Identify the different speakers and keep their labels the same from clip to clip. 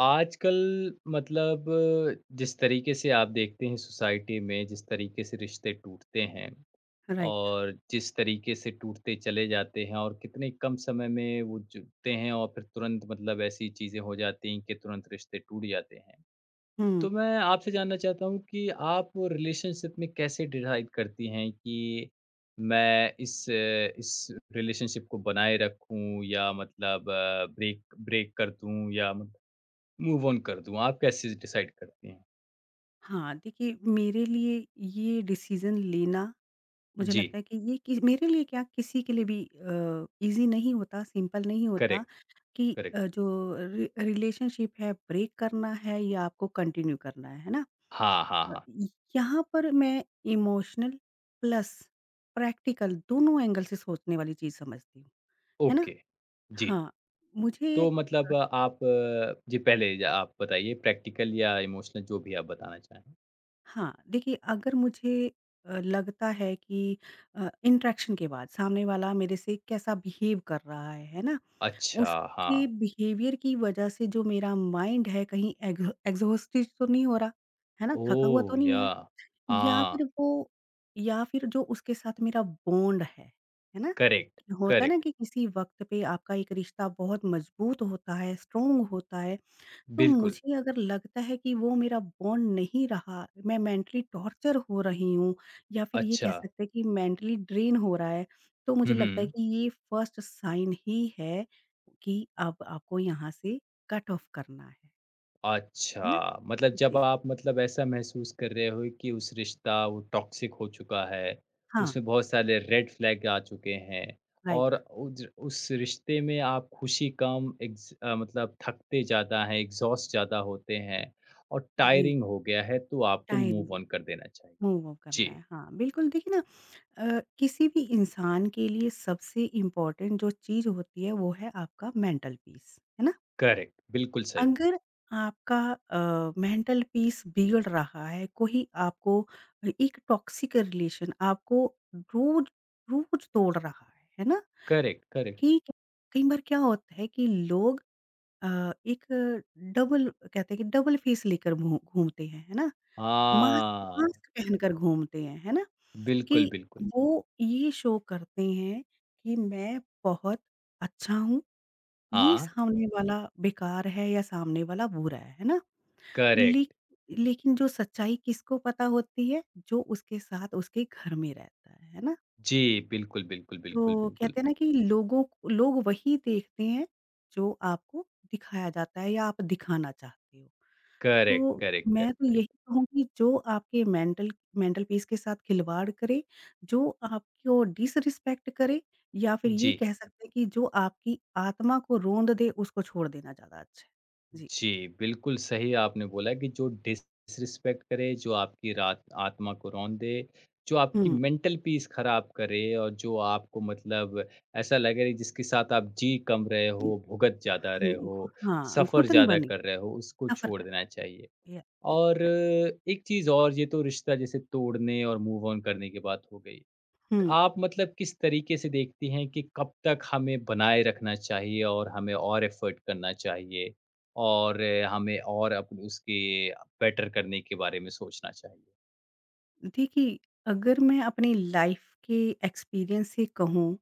Speaker 1: आजकल मतलब जिस तरीके से आप देखते हैं सोसाइटी में जिस तरीके से रिश्ते टूटते हैं
Speaker 2: राइट,
Speaker 1: और जिस तरीके से टूटते चले जाते हैं और कितने कम समय में वो जुड़ते हैं और फिर तुरंत मतलब ऐसी चीज़ें हो जाती हैं कि तुरंत रिश्ते टूट जाते हैं।
Speaker 2: हुँ।
Speaker 1: तो मैं आपसे जानना चाहता हूँ कि आप रिलेशनशिप में कैसे डिसाइड करती हैं कि मैं इस रिलेशनशिप को बनाए रखूँ या मतलब ब्रेक ब्रेक कर दूँ या मूव ऑन कर दूँ, आप कैसे डिसाइड करती हैं?
Speaker 2: हाँ, देखिए मेरे लिए ये डिसीज़न लेना मुझे लगता
Speaker 1: जी,
Speaker 2: है कि ये कि मेरे लिए क्या किसी के लिए भी ईज़ी नहीं होता, सिंपल नहीं होता
Speaker 1: करेक्ट,
Speaker 2: कि
Speaker 1: करेक्ट।
Speaker 2: जो रि रिलेशनशिप है ब्रेक करना है या आपको कंटिन्यू करना है ना?
Speaker 1: हाँ, हाँ,
Speaker 2: अ,
Speaker 1: हाँ,
Speaker 2: यहाँ पर मैं इमोशनल प्लस प्रैक्टिकल दोनों एंगल से सोचने वाली चीज़ समझती हूँ, है ना?
Speaker 1: ओके। जी,
Speaker 2: हाँ, मुझे
Speaker 1: तो मतलब आप जी, पहले ज आप बताइए प्रैक्टिकल या इमोशनल जो भी आप बताना चाहें।
Speaker 2: हाँ, देखिए अगर मुझे लगता है कि इंटरेक्शन के बाद सामने वाला मेरे से कैसा बिहेव कर रहा है ना?
Speaker 1: अच्छा,
Speaker 2: उसके
Speaker 1: हाँ।
Speaker 2: बिहेवियर की वजह से जो मेरा माइंड है कहीं एग्ज़ॉस्टेड तो नहीं हो रहा, है ना? थका हुआ
Speaker 1: ओह!
Speaker 2: तो नहीं है?
Speaker 1: याह!
Speaker 2: या
Speaker 1: हाँ,
Speaker 2: फिर वो या फिर जो उसके साथ मेरा बॉन्ड है ना?
Speaker 1: करेक्ट,
Speaker 2: होता है ना
Speaker 1: करेक्ट,
Speaker 2: कि किसी वक़्त पे आपका एक रिश्ता बहुत मज़बूत होता है, स्ट्रॉन्ग होता है तो
Speaker 1: बिल्कुल।
Speaker 2: मुझे अगर लगता है कि वो मेरा बॉन्ड नहीं रहा, मैं मेंटली टॉर्चर हो रही हूँ या फिर ये कह
Speaker 1: अच्छा।
Speaker 2: सकते हैं कि मेंटली ड्रेन हो रहा है, तो मुझे
Speaker 1: हुँ,
Speaker 2: लगता है
Speaker 1: हुँ।
Speaker 2: कि ये फर्स्ट साइन ही है कि अब आपको यहाँ से कट ऑफ करना है ना?
Speaker 1: अच्छा, मतलब जब
Speaker 2: जी,
Speaker 1: आप मतलब ऐसा महसूस कर रहे हो कि उस रिश्ता वो टॉक्सिक हो चुका है,
Speaker 2: हाँ,
Speaker 1: उसमें बहुत सारे रेड फ्लैग आ चुके हैं और
Speaker 2: राइट,
Speaker 1: उज उस रिश्ते में आप खुशी कम मतलब थकते ज़्यादा हैं, एग्ज़ॉस्ट ज़्यादा होते हैं और
Speaker 2: जी,
Speaker 1: टायरिंग हो गया है, तो आपको
Speaker 2: टाइम
Speaker 1: मूव ऑन कर देना चाहिए।
Speaker 2: मूव ऑन
Speaker 1: जी,
Speaker 2: करना है, हाँ, बिल्कुल देखिए ना किसी भी इंसान के लिए सबसे इम्पोर्टेंट जो चीज़ होती है वो है आपका मेंटल पीस, है ना?
Speaker 1: करेक्ट, बिल्कुल सही।
Speaker 2: अगर आपका मेंटल पीस बिगड़ रहा है, कोई आपको एक टॉक्सिक रिलेशन आपको रोज़ रोज़ तोड़ रहा है ना?
Speaker 1: Correct, correct.
Speaker 2: ठीक है, कई बार क्या होता है कि लोग अ, एक डबल कहते हैं कि डबल फेस लेकर घू घूमते हैं, है ना? मास्क
Speaker 1: हाँ,
Speaker 2: मास्क पहनकर घूमते हैं, है ना?
Speaker 1: बिल्कुल,
Speaker 2: कि
Speaker 1: बिल्कुल।
Speaker 2: वो ये शो करते हैं कि मैं बहुत अच्छा हूँ, ये
Speaker 1: हाँ,
Speaker 2: सामने वाला बेकार है या सामने वाला बुरा है ना?
Speaker 1: करेक्ट।
Speaker 2: ले लेकिन जो सच्चाई किसको पता होती है? जो उसके साथ उसके घर में रहता है ना?
Speaker 1: जी, बिल्कुल, बिल्कुल, बिल्कुल,
Speaker 2: तो
Speaker 1: बिल्कुल।
Speaker 2: कहते हैं ना कि लोग वही देखते हैं जो आपको दिखाया जाता है या आप दिखाना चाहते हो।
Speaker 1: करेक्ट,
Speaker 2: तो
Speaker 1: करेक्ट,
Speaker 2: मैं तो
Speaker 1: करेक्ट।
Speaker 2: यही कहूँगी जो आपके मेंटल मेंटल पीस के साथ खिलवाड़ करे, जो आपको डिसरिस्पेक्ट करे या फिर ये
Speaker 1: जी,
Speaker 2: कह सकते हैं कि जो आपकी आत्मा को रोंद दे उसको छोड़ देना ज़्यादा अच्छा है। जी।
Speaker 1: जी, बिल्कुल सही आपने बोला कि जो डिसरिस्पेक्ट करे, जो आपकी रात आत्मा को रौंद दे, जो आपकी
Speaker 2: हुँ।
Speaker 1: मेंटल पीस ख़राब करे और जो आपको मतलब ऐसा लगे जिसके साथ आप जी कम रहे हो, भुगत ज़्यादा
Speaker 2: हाँ,
Speaker 1: रहे
Speaker 2: घु
Speaker 1: हो,
Speaker 2: हाँ,
Speaker 1: सफ़र
Speaker 2: घुटन
Speaker 1: ज़्यादा
Speaker 2: बने।
Speaker 1: कर रहे हो, उसको
Speaker 2: सफ़र
Speaker 1: छोड़
Speaker 2: कर
Speaker 1: देना चाहिए।
Speaker 2: या अ,
Speaker 1: और
Speaker 2: या
Speaker 1: एक चीज़ और ये तो रिश्ता जैसे तोड़ने और मूव ऑन करने की बात हो गई।
Speaker 2: हुँ।
Speaker 1: आप मतलब किस तरीके से देखती हैं कि कब तक हमें बनाए रखना चाहिए और हमें और एफर्ट करना चाहिए और हमें और अपन उसके बेटर करने के बारे में सोचना चाहिए?
Speaker 2: देखिए, अगर मैं अपनी लाइफ़ के एक्सपीरियंस से कहूँ,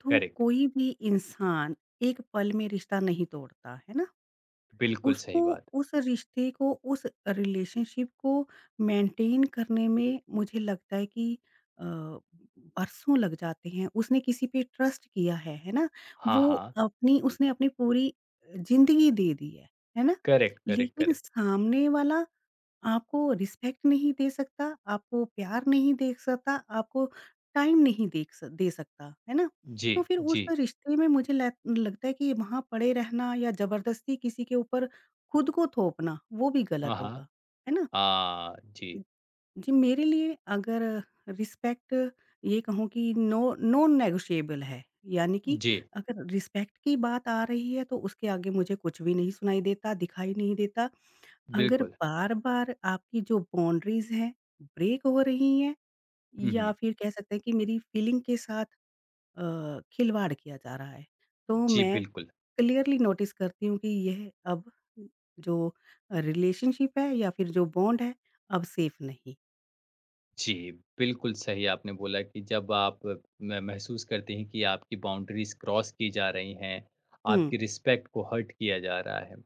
Speaker 2: तो
Speaker 1: करेक्ट,
Speaker 2: कोई भी इंसान एक पल में रिश्ता नहीं तोड़ता, है ना?
Speaker 1: बिल्कुल
Speaker 2: उसको
Speaker 1: सही बात।
Speaker 2: उस रिश्ते को, उस रिलेशनशिप को मेंटेन करने में मुझे लगता है कि अ, बरसों लग जाते हैं। उसने किसी पे ट्रस्ट किया है ना?
Speaker 1: हाँ,
Speaker 2: वो
Speaker 1: हाँ।
Speaker 2: अपनी उसने अपनी पूरी ज़िंदगी दे दी है ना?
Speaker 1: करेक्ट, करेक्ट,
Speaker 2: लेकिन
Speaker 1: करेक्ट।
Speaker 2: सामने वाला आपको रिस्पेक्ट नहीं दे सकता, आपको प्यार नहीं दे सकता, आपको टाइम नहीं देख स दे सकता, है ना?
Speaker 1: जी,
Speaker 2: तो फिर उस
Speaker 1: जी।
Speaker 2: रिश्ते में मुझे लग लगता है कि वहाँ पड़े रहना या ज़बरदस्ती किसी के ऊपर खुद को थोपना, वो भी गलत
Speaker 1: हाँ,
Speaker 2: होगा,
Speaker 1: हाँ।
Speaker 2: है ना?
Speaker 1: हाँ, जी।
Speaker 2: जी, मेरे लिए अगर रिस्पेक्ट ये कहूँ कि नो नॉन नेगोशिएबल है, यानी कि
Speaker 1: जी,
Speaker 2: अगर रिस्पेक्ट की बात आ रही है, तो उसके आगे मुझे कुछ भी नहीं सुनाई देता, दिखाई नहीं देता। अगर
Speaker 1: बिल्कुल।
Speaker 2: बार-बार आपकी जो बाउंड्रीज़ हैं, ब्रेक हो रही हैं
Speaker 1: हुँ,
Speaker 2: या
Speaker 1: हुँ।
Speaker 2: फिर कह सकते हैं कि मेरी फीलिंग के साथ खिलवाड़ किया जा रहा है, तो
Speaker 1: जी,
Speaker 2: मैं
Speaker 1: बिल्कुल।
Speaker 2: क्लियरली नोटिस करती हूँ कि यह अब जो रिलेशनशिप है या फिर जो बॉन्ड है, अब सेफ नहीं।
Speaker 1: जी, बिल्कुल सही आपने बोला कि जब आप म महसूस करते हैं कि आपकी बाउंड्रीज़ क्रॉस की जा रही हैं,
Speaker 2: हुँ,
Speaker 1: आपकी रिस्पेक्ट को हर्ट किया जा रहा है।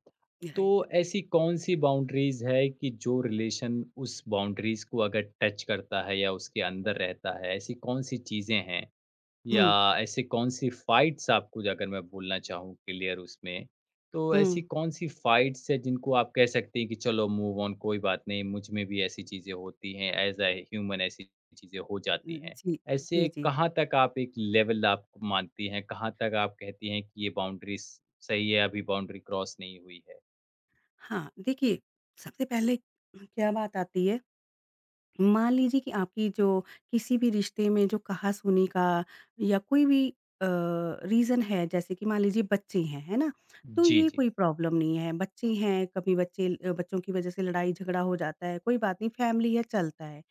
Speaker 1: तो
Speaker 2: राइट।
Speaker 1: ऐसी कौन-सी बाउंड्रीज़ है कि जो रिलेशन उस बाउंड्रीज़ को अगर टच करता है या उसके अंदर रहता है, ऐसी कौन-सी चीज़ें हैं? या
Speaker 2: हुँ,
Speaker 1: ऐसे कौन-सी फ़ाइट्स आपको अगर मैं बोलना चाहूँ क्लियर उसमें, तो ऐसी
Speaker 2: हुँ।
Speaker 1: कौन-सी फ़ाइट्स है जिनको आप कह सकते हैं कि चलो मूव ऑन कोई बात नहीं, मुझ में भी ऐसी चीज़ें होती हैं, एज़ अ ह्यूमन ऐसी चीज़ें हो जाती हैं।
Speaker 2: जी, जी,
Speaker 1: ऐसे
Speaker 2: जी।
Speaker 1: कहाँ तक आप एक लेवल आप मानती हैं, कहाँ तक आप कहती हैं कि ये बाउंड्रीज़ सही है, अभी बाउंड्री क्रॉस नहीं हुई है?
Speaker 2: हाँ, देखिए सबसे पहले क्या बात आती है मान लीजिए कि आपकी जो किसी भी रिश्ते में जो कहा-सुनी का या कोई भी अ, रीज़न है जैसे कि मान लीजिए बच्चे हैं, है ना? तो
Speaker 1: जी,
Speaker 2: ये
Speaker 1: जी,
Speaker 2: कोई प्रॉब्लम नहीं है, बच्चे हैं, कभी बच्चों की वज़ह से लड़ाई-झगड़ा हो जाता है, कोई बात नहीं फैमिली है चलता है।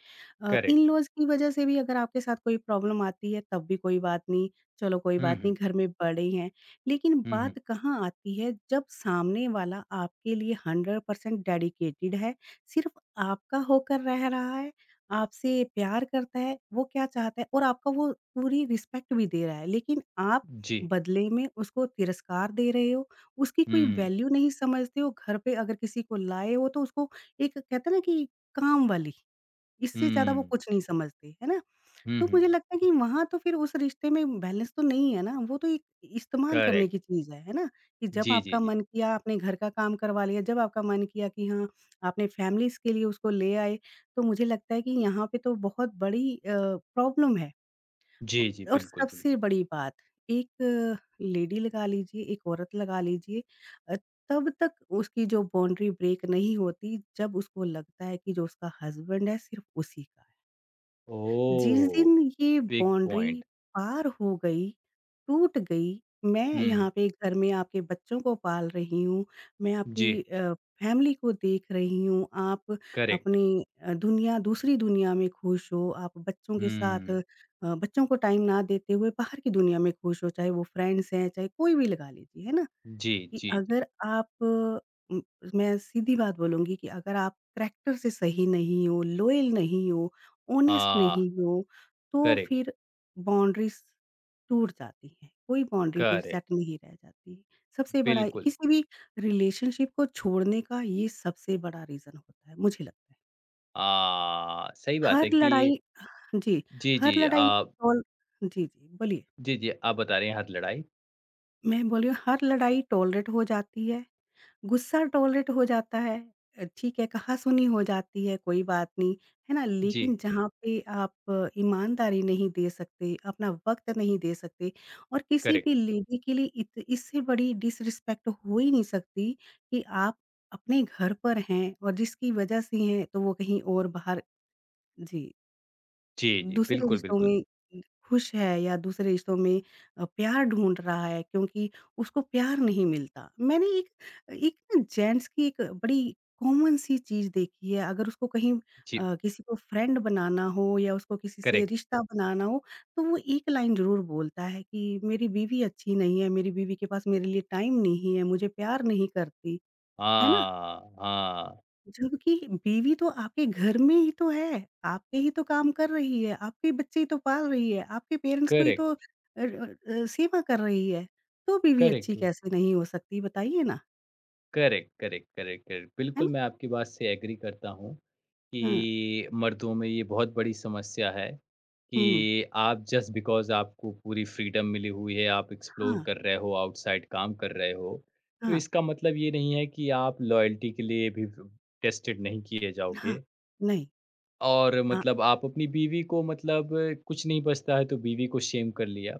Speaker 1: करेक्ट।
Speaker 2: इन-लॉज़ की वज़ह से भी अगर आपके साथ कोई प्रॉब्लम आती है तब भी कोई बात नहीं, चलो कोई
Speaker 1: हुँ,
Speaker 2: बात नहीं
Speaker 1: हुँ।
Speaker 2: घर में बड़े हैं। लेकिन
Speaker 1: हुँ, हुँ।
Speaker 2: बात कहाँ आती है जब सामने वाला आपके लिए 100% डेडिकेटेड है, सिर्फ़ आपका होकर रह रहा है आपसे प्यार करता है, वो क्या चाहता है और आपका वो पूरी रिस्पेक्ट भी दे रहा है, लेकिन आप
Speaker 1: जी।
Speaker 2: बदले में उसको तिरस्कार दे रहे हो, उसकी
Speaker 1: हुँ,
Speaker 2: कोई
Speaker 1: हुँ।
Speaker 2: वैल्यू नहीं समझते हो, घर पे अगर किसी को लाए हो तो उसको एक कहते हैं ना कि काम वाली, इससे ज़्यादा वो कुछ नहीं समझते, है ना?
Speaker 1: हुँ,
Speaker 2: तो मुझे
Speaker 1: हुँ।
Speaker 2: लगता है कि वहाँ तो फिर उस रिश्ते में बैलेंस तो नहीं है ना, वो तो एक इस्तेमाल करने की
Speaker 1: करेक्ट।
Speaker 2: चीज़ है ना? कि जब
Speaker 1: जी, जी,
Speaker 2: आपका
Speaker 1: जी।
Speaker 2: मन किया आपने घर का काम करवा लिया, जब आपका मन किया कि हाँ, आपने फैमिलीज़ के लिए उसको ले आए, तो मुझे लगता है कि यहाँ पे तो बहुत बड़ी प्रॉब्लम है। औ
Speaker 1: जी, जी,
Speaker 2: और
Speaker 1: बिल्कुल,
Speaker 2: सबसे
Speaker 1: बिल्कुल।
Speaker 2: बड़ी बात, एक लेडी लगा लीजिए, एक औरत लगा लीजिए अ, तब तक उसकी जो बाउंड्री ब्रेक नहीं होती, जब उसको लगता है कि जो उसका हस्बैंड है सिर्फ़ उसी का। जिस
Speaker 1: ओह!
Speaker 2: दिन ये
Speaker 1: बिग
Speaker 2: बाउंड्री
Speaker 1: पॉइंट।
Speaker 2: पार हो गई, टूट गई, मैं
Speaker 1: हुँ,
Speaker 2: यहाँ पे घर में आपके बच्चों को पाल रही हूँ, मैं
Speaker 1: जी,
Speaker 2: आपकी फैमिली को देख रही हूँ, आप
Speaker 1: करेक्ट।
Speaker 2: अपनी अ, दुनिया दूसरी दुनिया में खुश हो, आप बच्चों के साथ
Speaker 1: हुँ,
Speaker 2: बच्चों को टाइम ना देते हुए बाहर की दुनिया में खुश हो, चाहे वो फ्रेंड्स हैं, चाहे कोई भी लगा लीजिए, है ना?
Speaker 1: जी,
Speaker 2: कि
Speaker 1: जी, जी।
Speaker 2: अगर आप मैं सीधी बात बोलूँगी कि अगर आप करैक्टर से सही नहीं हो, लॉयल नहीं हो, ऑनेस्ट
Speaker 1: हाँ,
Speaker 2: नहीं हो, तो
Speaker 1: करेक्ट,
Speaker 2: फिर बाउंड्रीज़ टूट जाती हैं। कोई बाउंड्री फिर सेट
Speaker 1: करेक्ट,
Speaker 2: नहीं रह जाती। सबसे बड़ा
Speaker 1: बिल्कुल।
Speaker 2: किसी भी रिलेशनशिप को छोड़ने का ये सबसे बड़ा रीज़न होता है, मुझे लगता है।
Speaker 1: सही बात
Speaker 2: हर
Speaker 1: है कि
Speaker 2: लड़ाई जी,
Speaker 1: जी,
Speaker 2: हर
Speaker 1: जी,
Speaker 2: लड़ाई टॉल जी, जी, बोलिए।
Speaker 1: जी, जी, आप बता रहे हैं हाथ लड़ाई।
Speaker 2: मैं बोल रही हूँ हर लड़ाई टॉलरेट हो जाती है। गुस्सा टॉलरेट हो जाता है ठीक है, कहा-सुनी हो जाती है, कोई बात नहीं, है ना? लेकिन
Speaker 1: जी,
Speaker 2: जहाँ पे आप ईमानदारी नहीं दे सकते, अपना वक़्त नहीं दे सकते और किसी भी
Speaker 1: करेक्ट।
Speaker 2: लेडी के लिए इत इससे बड़ी डिसरिस्पेक्ट हो ही नहीं सकती कि आप अपने घर पर हैं और जिसकी वजह से हैं, तो वो कहीं और बाहर जी।
Speaker 1: जी, जी,
Speaker 2: दूसरे
Speaker 1: बिल्कुल,
Speaker 2: रिश्तों में
Speaker 1: बिल्कुल।
Speaker 2: उम, खुश है या दूसरे रिश्तों में प्यार ढूँढ रहा है क्योंकि उसको प्यार नहीं मिलता। मैंने एक एक ना जेंट्स की एक बड़ी कॉमन सी चीज़ देखी है अगर उसको कहीं
Speaker 1: जी,
Speaker 2: किसी को फ्रेंड बनाना हो या उसको किसी से
Speaker 1: करेक्ट।
Speaker 2: रिश्ता बनाना हो, तो वो एक लाइन ज़रूर बोलता है कि मेरी बीवी अच्छी नहीं है, मेरी बीवी के पास मेरे लिए टाइम नहीं है, मुझे प्यार नहीं करती। है ना?
Speaker 1: हाँ, हाँ,
Speaker 2: जबकि बीवी तो आपके घर में ही तो है, आप पे ही तो काम कर रही है, आपके बच्चे ही तो पाल रही है, आपके पेरेंट्स को ही तो
Speaker 1: करेक्ट,
Speaker 2: सेवा कर रही है, तो बीवी अच्छी
Speaker 1: करेक्ट,
Speaker 2: कैसे नहीं हो सकती बताइए ना,
Speaker 1: करेक्ट, करेक्ट, करेक्ट, करेक्ट।
Speaker 2: है
Speaker 1: बिल्कुल,
Speaker 2: ना?
Speaker 1: मैं आपकी बात से एग्री करता हूँ।
Speaker 2: हाँ,
Speaker 1: कि मर्दों में ये बहुत बड़ी समस्या है
Speaker 2: हुँ,
Speaker 1: कि आप जस्ट बिकॉज़ आपको पूरी फ्रीडम मिली हुई है, आप एक्सप्लोर
Speaker 2: हाँ,
Speaker 1: कर रहे हो, आउटसाइड काम कर रहे हो, तो
Speaker 2: हाँ,
Speaker 1: इसका मतलब ये नहीं है कि आप लॉयल्टी के लिए भी टेस्टेड नहीं किए
Speaker 2: हाँ,
Speaker 1: जाओगे।
Speaker 2: नहीं,
Speaker 1: और
Speaker 2: हाँ,
Speaker 1: मतलब आप अपनी बीवी को मतलब कुछ नहीं बचता है तो बीवी को शेम कर लिया।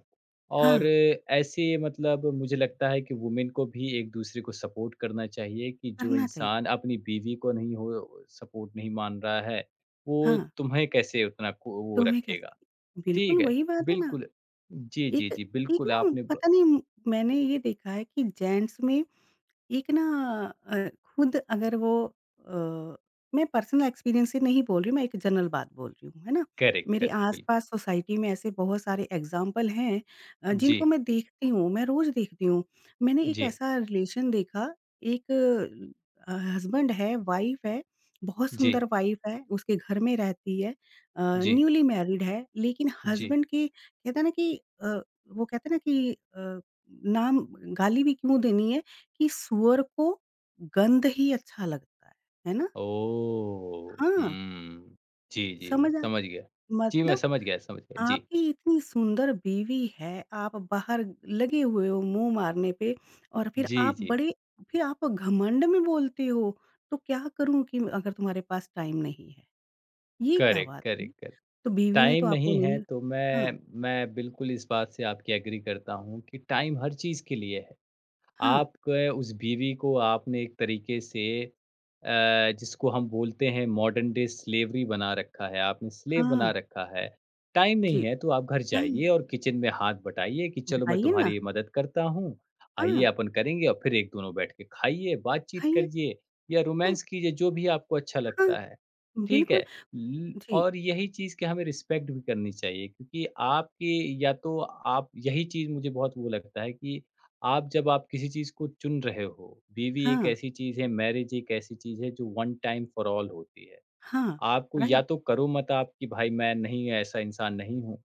Speaker 2: हाँ,
Speaker 1: और ऐसे मतलब मुझे लगता है कि वुमेन को भी एक-दूसरे को सपोर्ट करना चाहिए कि जो
Speaker 2: करना चाहिए,
Speaker 1: इंसान अपनी बीवी को नहीं हो सपोर्ट नहीं मान रहा है, वो
Speaker 2: हाँ,
Speaker 1: तुम्हें कैसे उतना को वो
Speaker 2: तुम्हें
Speaker 1: रखेगा।
Speaker 2: कैसे
Speaker 1: ठीक
Speaker 2: बिल्कुल
Speaker 1: है,
Speaker 2: वही बात है ना,
Speaker 1: बिल्कुल। जी, जी,
Speaker 2: एक
Speaker 1: जी,
Speaker 2: एक
Speaker 1: बिल्कुल
Speaker 2: ना
Speaker 1: आपने ब
Speaker 2: पता नहीं मैंने ये देखा है कि जेंट्स में एक ना अ, खुद अगर वो अ, मैं पर्सनल एक्सपीरियंस से नहीं बोल रही हूँ, मैं एक जनरल बात बोल रही हूँ, है ना?
Speaker 1: करेक्ट,
Speaker 2: मेरे
Speaker 1: करेक्ट, बिल्कुल।
Speaker 2: आस-पास सोसाइटी में ऐसे बहुत सारे एग्ज़ाम्पल हैं
Speaker 1: जी,
Speaker 2: जिनको मैं देखती हूँ, मैं रोज़ देखती हूँ। मैंने एक
Speaker 1: जी,
Speaker 2: ऐसा रिलेशन देखा, एक हस्बैंड है, वाइफ़ है, बहुत
Speaker 1: जी,
Speaker 2: सुंदर वाइफ़ है, उसके घर में रहती है
Speaker 1: जी,
Speaker 2: न्यूली मैरिड है, लेकिन
Speaker 1: जी।
Speaker 2: हस्बैंड के कहते हैं ना कि अ, वो कहते हैं ना कि नाम गाली भी क्यों देनी है कि सूअर को गंध ही अच्छा लगता है ना?
Speaker 1: ओह!
Speaker 2: हाँ,
Speaker 1: हुँ। जी, जी, मैं
Speaker 2: समझ आया
Speaker 1: समझ गया। जी, मैं
Speaker 2: मतलब
Speaker 1: समझ गया समझ गया। जी।
Speaker 2: आपकी इतनी सुंदर बीवी है, आप बाहर लगे हुए हो मुँह मारने पे और फिर
Speaker 1: जी,
Speaker 2: आप
Speaker 1: जी।
Speaker 2: बड़े फिर आप घमंड में बोलते हो, तो क्या करूँ कि अगर तुम्हारे पास टाइम नहीं है? ये क्या
Speaker 1: करेक्ट,
Speaker 2: बात हुई?
Speaker 1: Correct, correct.
Speaker 2: तो बीवी ने तो
Speaker 1: टाइम
Speaker 2: आपको
Speaker 1: नहीं है
Speaker 2: नहीं
Speaker 1: तो
Speaker 2: हाँ,
Speaker 1: मैं बिल्कुल इस बात से आपकी एग्री करता हूँ कि टाइम हर चीज़ के लिए है।
Speaker 2: हाँ,
Speaker 1: आपके उस बीवी को आपने एक तरीके से जिसको हम बोलते हैं मॉडर्न डे स्लेवरी बना रखा है, आपने स्लेव बना
Speaker 2: हाँ,
Speaker 1: रखा है। टाइम
Speaker 2: जी,
Speaker 1: नहीं है तो आप घर
Speaker 2: टाइम
Speaker 1: जाइए
Speaker 2: नहीं
Speaker 1: और किचन में हाथ बटाइए कि चलो मैं
Speaker 2: बताइए ना,
Speaker 1: तुम्हारी मदद करता हूँ, आइए
Speaker 2: हाँ,
Speaker 1: अपन करेंगे और फिर एक दोनों बैठ के खाइए, बातचीत
Speaker 2: खाइए
Speaker 1: करिए या
Speaker 2: तो
Speaker 1: रोमांस कीजिए जो भी आपको अच्छा
Speaker 2: हाँ,
Speaker 1: लगता है। ठीक
Speaker 2: बिल्कुल,
Speaker 1: है? ल
Speaker 2: जी,
Speaker 1: और यही चीज़ की हमें रिस्पेक्ट भी करनी चाहिए क्योंकि आपकी या तो आप यही चीज़ मुझे बहुत वो लगता है कि आप जब आप किसी चीज़ को चुन रहे हो, बीवी एक
Speaker 2: हाँ,
Speaker 1: ऐसी चीज़ है, मैरिज एक ऐसी चीज़ है जो वन टाइम फॉर ऑल होती है।
Speaker 2: हाँ,
Speaker 1: आपको या
Speaker 2: राइट,
Speaker 1: तो करो मत आप कि भाई मैं नहीं ऐसा इंसान नहीं हूँ,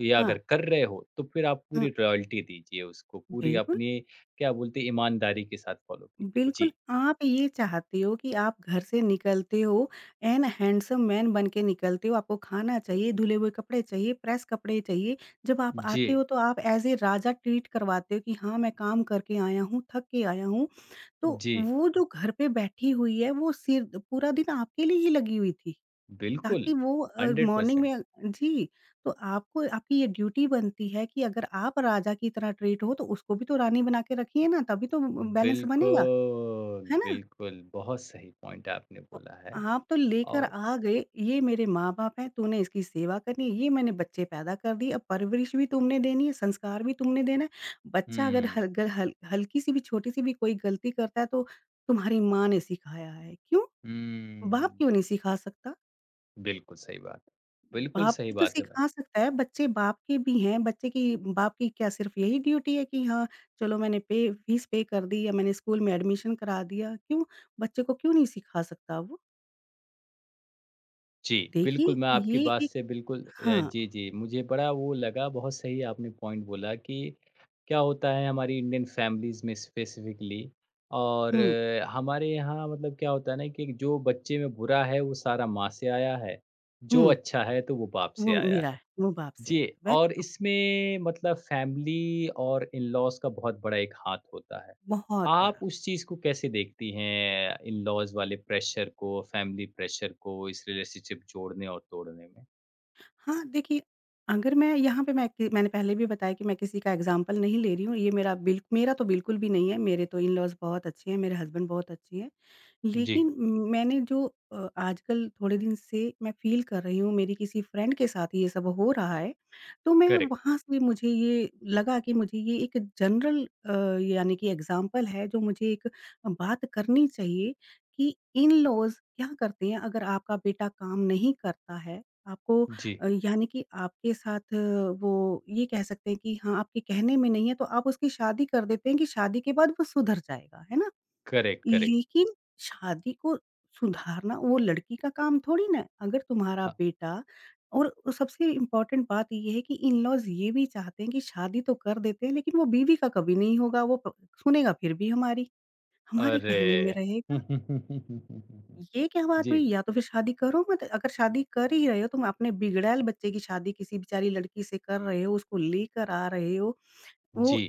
Speaker 1: या
Speaker 2: हाँ।
Speaker 1: अगर कर रहे हो तो फिर आप
Speaker 2: हाँ,
Speaker 1: पूरी लॉयल्टी दीजिए उसको, पूरी
Speaker 2: बिल्कुल,
Speaker 1: अपनी क्या बोलते हैं ईमानदारी के साथ फॉलो कीजिए।
Speaker 2: बिल्कुल
Speaker 1: जी,
Speaker 2: आप ये चाहते हो कि आप घर से निकलते हो एन हैंडसम मैन बन के निकलते हो, आपको खाना चाहिए, धुले हुए कपड़े चाहिए, प्रेस कपड़े चाहिए। जब आप
Speaker 1: जी,
Speaker 2: आते हो तो आप एज़ ए राजा ट्रीट करवाते हो कि हाँ, मैं काम करके आया हूँ, थक के आया हूँ। तो
Speaker 1: जी,
Speaker 2: वो जो घर पे बैठी हुई है, वो सिर पूरा दिन आपके लिए ही लगी हुई थी।
Speaker 1: बिल्कुल,
Speaker 2: ताकि वो मॉर्निंग
Speaker 1: 100%
Speaker 2: में जी, तो आपको आपकी ये ड्यूटी बनती है कि अगर आप राजा की तरह ट्रीट हो, तो उसको भी तो रानी बना के रखिए ना, तभी तो बैलेंस बनेगा,
Speaker 1: बिल्कुल,
Speaker 2: है ना?
Speaker 1: बिल्कुल, बहुत सही पॉइंट आपने
Speaker 2: तो
Speaker 1: बोला है
Speaker 2: आप तो लेकर
Speaker 1: और
Speaker 2: आ गए, ये मेरे माँ-बाप हैं, तूने इसकी सेवा करनी है, ये मैंने बच्चे पैदा कर दिए, अब परवरिश भी तुमने देनी है, संस्कार भी तुमने देना है। बच्चा अगर
Speaker 1: हुँ,
Speaker 2: हल ग हल हल्की-सी भी, छोटी-सी भी कोई गलती करता है, तो तुम्हारी माँ ने सिखाया है। क्यों? बाप
Speaker 1: हुँ।
Speaker 2: क्यों नहीं सिखा सकता?
Speaker 1: बिल्कुल सही बात। बिल्कुल
Speaker 2: बाप
Speaker 1: सही
Speaker 2: भी तो
Speaker 1: बात है मैम।
Speaker 2: सिखा सकता है, बच्चे बाप के भी हैं, बच्चे की बाप की क्या सिर्फ़ यही ड्यूटी है कि हाँ, चलो मैंने पे फीस पे कर दी या मैंने स्कूल में एडमिशन करा दिया, क्यों? बच्चे को क्यों नहीं सिखा सकता वो?
Speaker 1: जी, बिल्कुल मैं
Speaker 2: देखिए
Speaker 1: आपकी
Speaker 2: ये
Speaker 1: बात
Speaker 2: एक
Speaker 1: से बिल्कुल
Speaker 2: हाँ,
Speaker 1: जी, जी, मुझे बड़ा वो लगा बहुत सही आपने पॉइंट बोला कि क्या होता है हमारी इंडियन फैमिलीज़ में स्पेसिफ़िकली और
Speaker 2: हुँ,
Speaker 1: हमारे यहाँ मतलब क्या होता है ना कि जो बच्चे में बुरा है वो सारा माँ से आया है, जो
Speaker 2: हुँ,
Speaker 1: अच्छा है तो वो बाप
Speaker 2: वो
Speaker 1: से आया
Speaker 2: मेरा
Speaker 1: है।
Speaker 2: है, वो बाप से
Speaker 1: जी
Speaker 2: आया है, वेरी
Speaker 1: और
Speaker 2: गुड,
Speaker 1: इसमें मतलब फैमिली और इन-लॉज़ का बहुत बड़ा एक हाथ होता है।
Speaker 2: बहुत
Speaker 1: आप
Speaker 2: बड़ा।
Speaker 1: उस चीज़ को कैसे देखती हैं इन-लॉज़ वाले प्रेशर को, फैमिली प्रेशर को इस रिलेशनशिप जोड़ने और तोड़ने में?
Speaker 2: हाँ, देखिए, अगर मैं यहाँ पे मैं कि मैंने पहले भी बताया कि मैं किसी का एग्ज़ाम्पल नहीं ले रही हूँ। ये मेरा तो बिल्कुल भी नहीं है, मेरे तो इन-लॉज़ बहुत अच्छे हैं, मेरे हस्बैंड बहुत अच्छे हैं।
Speaker 1: जी,
Speaker 2: लेकिन मैंने जो आजकल थोड़े दिन से मैं फ़ील कर रही हूँ, मेरी किसी फ्रेंड के साथ ये सब हो रहा है, तो मैं
Speaker 1: करेक्ट।
Speaker 2: वहाँ से मुझे ये लगा कि मुझे ये एक जनरल यानी कि एग्ज़ाम्पल है, जो मुझे एक बात करनी चाहिए कि इन-लॉज़ क्या करते हैं अगर आपका बेटा काम नहीं करता है, आपको
Speaker 1: जी,
Speaker 2: यानी कि आपके साथ वो ये कह सकते हैं कि हाँ, आपके कहने में नहीं है तो आप उसकी शादी कर देते हैं कि शादी के बाद वो सुधर जाएगा, है ना?
Speaker 1: Correct, correct.
Speaker 2: लेकिन शादी को सुधारना वो लड़की का काम थोड़ी ना है। अगर तुम्हारा
Speaker 1: अ,
Speaker 2: बेटा और सबसे इम्पोर्टेंट बात ये है कि इन-लॉज़ ये भी चाहते हैं कि शादी तो कर देते हैं लेकिन वो बीवी का कभी नहीं होगा, वो प सुनेगा फिर भी हमारे कहने में
Speaker 1: अरे!
Speaker 2: रहेगा ये क्या बात हुई?
Speaker 1: जी,
Speaker 2: या तो फिर शादी करो मत। अगर शादी कर ही रहे हो, तुम अपने बिगड़ैल बच्चे की शादी किसी बेचारी लड़की से कर रहे हो, उसको लेकर आ रहे हो, वो
Speaker 1: जी।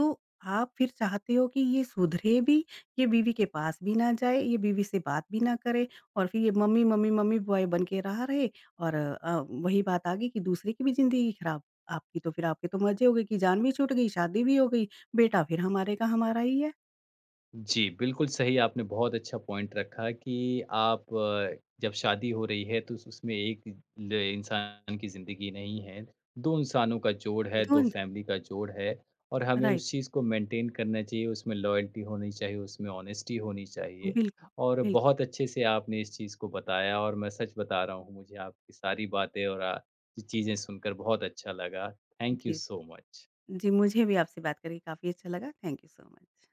Speaker 2: तो आप फिर चाहते हो कि ये सुधरे भी, ये बीवी के पास भी ना जाए, ये बीवी से बात भी ना करे और फिर ये मम्मी, मम्मी, मम्मी बॉय बन के रहा रहे और वही बात आ गई कि दूसरे की भी ज़िंदगी खराब। आपकी तो फिर आपके तो मज़े हो गए कि जान भी छूट गई, शादी भी हो गई, बेटा फिर हमारे का हमारा ही है। तो
Speaker 1: जी, बिल्कुल सही आपने बहुत अच्छा पॉइंट रखा कि आप जब शादी हो रही है तो उस उसमें एक ल इंसान की ज़िंदगी नहीं है। 2 इंसानों का जोड़ है, 2 फैमिली का जोड़ है और हमें
Speaker 2: राइट,
Speaker 1: उस चीज़ को मेंटेन करना चाहिए, उसमें लॉयल्टी होनी चाहिए, उसमें ऑनेस्टी होनी चाहिए।
Speaker 2: बिल्कुल,
Speaker 1: और
Speaker 2: बिल्कुल।
Speaker 1: बहुत अच्छे से आपने इस चीज़ को बताया और मैं सच बता रहा हूँ मुझे आपकी सारी बातें और चीज़ें सुनकर बहुत अच्छा लगा। थैंक यू
Speaker 2: जी।
Speaker 1: So much.
Speaker 2: जी, मुझे भी आपसे बात करके काफ़ी अच्छा लगा। Thank you so much.